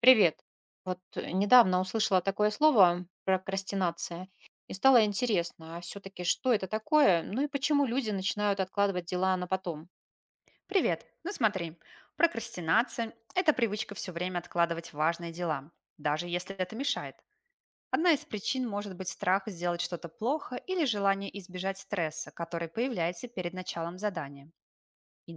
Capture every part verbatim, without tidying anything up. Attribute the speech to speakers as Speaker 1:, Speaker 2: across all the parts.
Speaker 1: Привет. Вот э, недавно услышала такое слово прокрастинация, и стало интересно, а все-таки что это такое, ну и почему люди начинают откладывать дела на потом?
Speaker 2: Привет. Ну смотри, прокрастинация– это привычка все время откладывать важные дела, даже если это мешает. Одна из причин может быть страх сделать что-то плохо или желание избежать стресса, который появляется перед началом задания.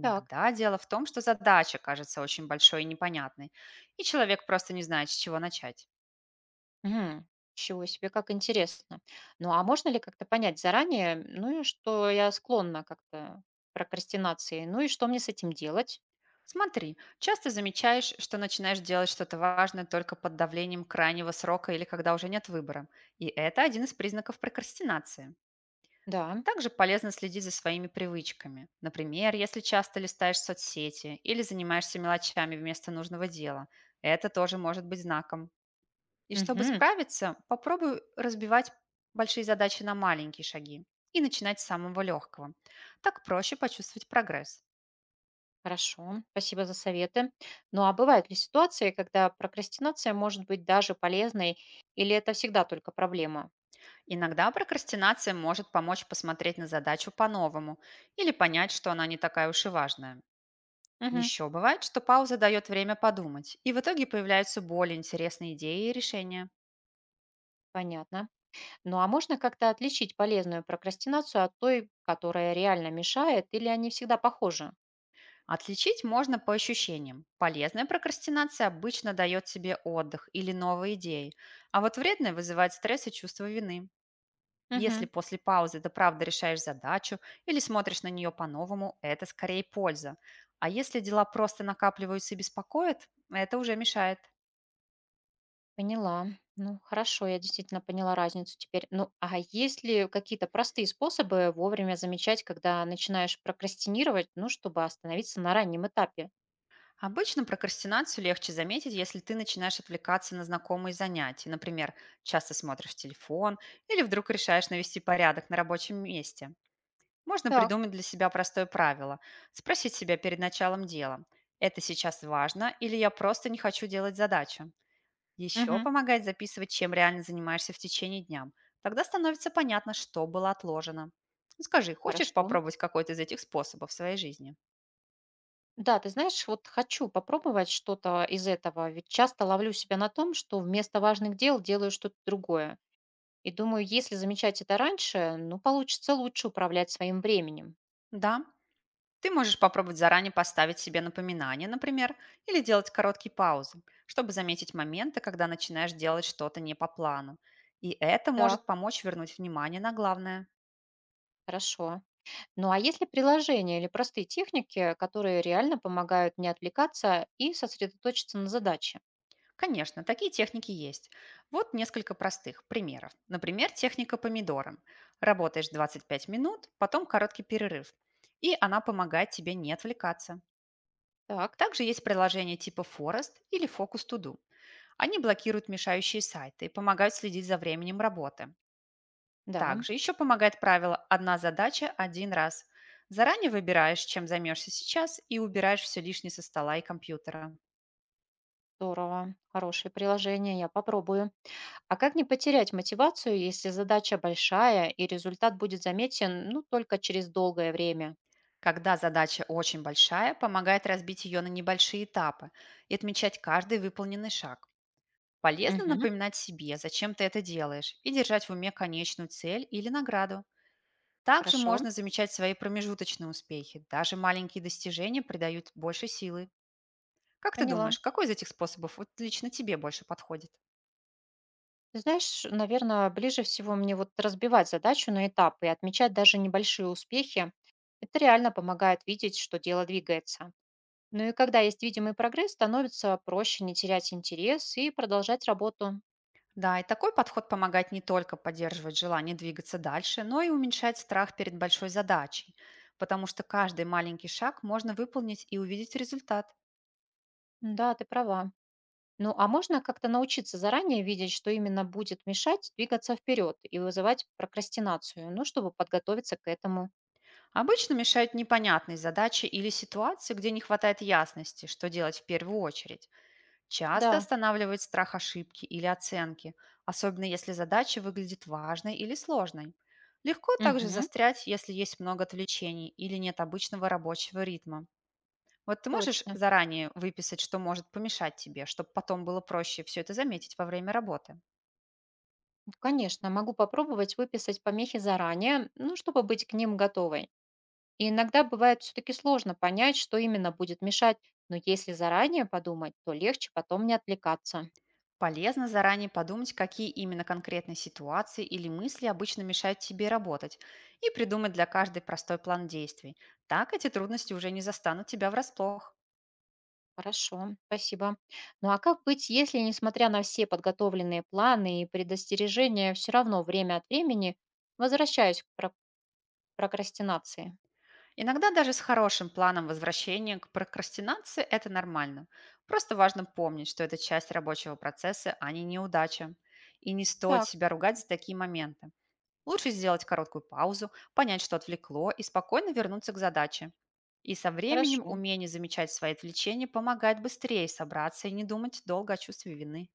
Speaker 1: Так.
Speaker 2: дело в том, что задача кажется очень большой и непонятной, и человек просто не знает, с чего начать.
Speaker 1: Мгм. Чего себе, как интересно. Ну а можно ли как-то понять заранее, ну и что я склонна как-то к прокрастинации, ну и что мне с этим делать?
Speaker 2: Смотри, часто замечаешь, что начинаешь делать что-то важное только под давлением крайнего срока или когда уже нет выбора. И это один из признаков прокрастинации.
Speaker 1: Да.
Speaker 2: Также полезно следить за своими привычками. Например, если часто листаешь соцсети или занимаешься мелочами вместо нужного дела, это тоже может быть знаком. И чтобы
Speaker 1: Мгм.
Speaker 2: справиться, попробуй разбивать большие задачи на маленькие шаги и начинать с самого легкого. Так проще почувствовать прогресс.
Speaker 1: Хорошо, спасибо за советы. Ну а бывают ли ситуации, когда прокрастинация может быть даже полезной, или это всегда только проблема?
Speaker 2: Иногда прокрастинация может помочь посмотреть на задачу по-новому или понять, что она не такая уж и важная.
Speaker 1: Мгм.
Speaker 2: Еще бывает, что пауза дает время подумать, и в итоге появляются более интересные идеи и решения.
Speaker 1: Понятно. Ну а можно как-то отличить полезную прокрастинацию от той, которая реально мешает, или они всегда похожи?
Speaker 2: Отличить можно по ощущениям. Полезная прокрастинация обычно дает себе отдых или новые идеи, а вот вредная вызывает стресс и чувство вины. Если
Speaker 1: Мгм.
Speaker 2: после паузы ты правда решаешь задачу или смотришь на нее по-новому, это скорее польза. А если дела просто накапливаются и беспокоят, это уже мешает.
Speaker 1: Поняла. Ну, хорошо, я действительно поняла разницу теперь. Ну, а есть ли какие-то простые способы вовремя замечать, когда начинаешь прокрастинировать, ну, чтобы остановиться на раннем этапе?
Speaker 2: Обычно прокрастинацию легче заметить, если ты начинаешь отвлекаться на знакомые занятия. Например, часто смотришь телефон или вдруг решаешь навести порядок на рабочем месте. Можно
Speaker 1: Так.
Speaker 2: придумать для себя простое правило. Спросить себя перед началом дела. Это сейчас важно или я просто не хочу делать задачу? Еще
Speaker 1: Мгм.
Speaker 2: помогает записывать, чем реально занимаешься в течение дня. Тогда становится понятно, что было отложено. Скажи, хочешь
Speaker 1: Хорошо.
Speaker 2: попробовать какой-то из этих способов в своей жизни?
Speaker 1: Да, ты знаешь, вот хочу попробовать что-то из этого, ведь часто ловлю себя на том, что вместо важных дел делаю что-то другое. И думаю, если замечать это раньше, ну, получится лучше управлять своим временем.
Speaker 2: Да. Ты можешь попробовать заранее поставить себе напоминание, например, или делать короткие паузы, чтобы заметить моменты, когда начинаешь делать что-то не по плану. И это
Speaker 1: Так,
Speaker 2: может помочь вернуть внимание на главное.
Speaker 1: хорошо. Ну, а есть ли приложения или простые техники, которые реально помогают не отвлекаться и сосредоточиться на задаче?
Speaker 2: Конечно, такие техники есть. Вот несколько простых примеров. Например, техника помидором. Работаешь двадцать пять минут, потом короткий перерыв. И она помогает тебе не отвлекаться.
Speaker 1: Так,
Speaker 2: Также есть приложения типа Forest или Focus To Do. Они блокируют мешающие сайты и помогают следить за временем работы.
Speaker 1: да,
Speaker 2: Также еще помогает правило «одна задача– один раз». Заранее выбираешь, чем займешься сейчас, и убираешь все лишнее со стола и компьютера.
Speaker 1: здорово. Хорошее приложение, я попробую. А как не потерять мотивацию, если задача большая и результат будет заметен, ну, только через долгое время?
Speaker 2: Когда задача очень большая, помогает разбить ее на небольшие этапы и отмечать каждый выполненный шаг. Полезно
Speaker 1: Угу,
Speaker 2: напоминать себе, зачем ты это делаешь, и держать в уме конечную цель или награду. Также
Speaker 1: хорошо,
Speaker 2: можно замечать свои промежуточные успехи. Даже маленькие достижения придают больше силы. Как ты
Speaker 1: поняла.
Speaker 2: думаешь, какой из этих способов вот лично тебе больше подходит?
Speaker 1: Ты знаешь, наверное, ближе всего мне вот разбивать задачу на этапы и отмечать даже небольшие успехи. Это реально помогает видеть, что дело двигается. Ну и когда есть видимый прогресс, становится проще не терять интерес и продолжать работу.
Speaker 2: Да, и такой подход помогает не только поддерживать желание двигаться дальше, но и уменьшать страх перед большой задачей, потому что каждый маленький шаг можно выполнить и увидеть результат.
Speaker 1: Да, ты права. Ну а можно как-то научиться заранее видеть, что именно будет мешать двигаться вперед и вызывать прокрастинацию, ну, чтобы подготовиться к этому.
Speaker 2: Обычно мешают непонятные задачи или ситуации, где не хватает ясности, что делать в первую очередь. Часто
Speaker 1: Да.
Speaker 2: останавливает страх ошибки или оценки, особенно если задача выглядит важной или сложной. Легко также
Speaker 1: Мгм.
Speaker 2: застрять, если есть много отвлечений или нет обычного рабочего ритма. Вот ты можешь
Speaker 1: Точно.
Speaker 2: заранее выписать, что может помешать тебе, чтобы потом было проще все это заметить во время работы?
Speaker 1: Конечно, могу попробовать выписать помехи заранее, ну, чтобы быть к ним готовой. И иногда бывает все-таки сложно понять, что именно будет мешать, но если заранее подумать, то легче потом не отвлекаться.
Speaker 2: Полезно заранее подумать, какие именно конкретные ситуации или мысли обычно мешают тебе работать, и придумать для каждой простой план действий. Так эти трудности уже не застанут тебя врасплох.
Speaker 1: Хорошо, спасибо. Ну а как быть, если, несмотря на все подготовленные планы и предостережения, все равно время от времени возвращаюсь к про- прокрастинации?
Speaker 2: Иногда даже с хорошим планом возвращения к прокрастинации это нормально. Просто важно помнить, что это часть рабочего процесса, а не неудача. И не стоит
Speaker 1: Так,
Speaker 2: себя ругать за такие моменты. Лучше сделать короткую паузу, понять, что отвлекло, и спокойно вернуться к задаче. И со временем
Speaker 1: хорошо,
Speaker 2: умение замечать свои отвлечения помогает быстрее собраться и не думать долго о чувстве вины.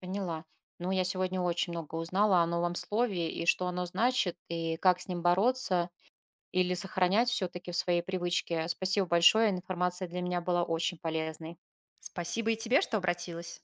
Speaker 1: поняла. Ну, я сегодня очень много узнала о новом слове и что оно значит, и как с ним бороться или сохранять все-таки в своей привычке. Спасибо большое, информация для меня была очень полезной.
Speaker 2: Спасибо и тебе, что обратилась.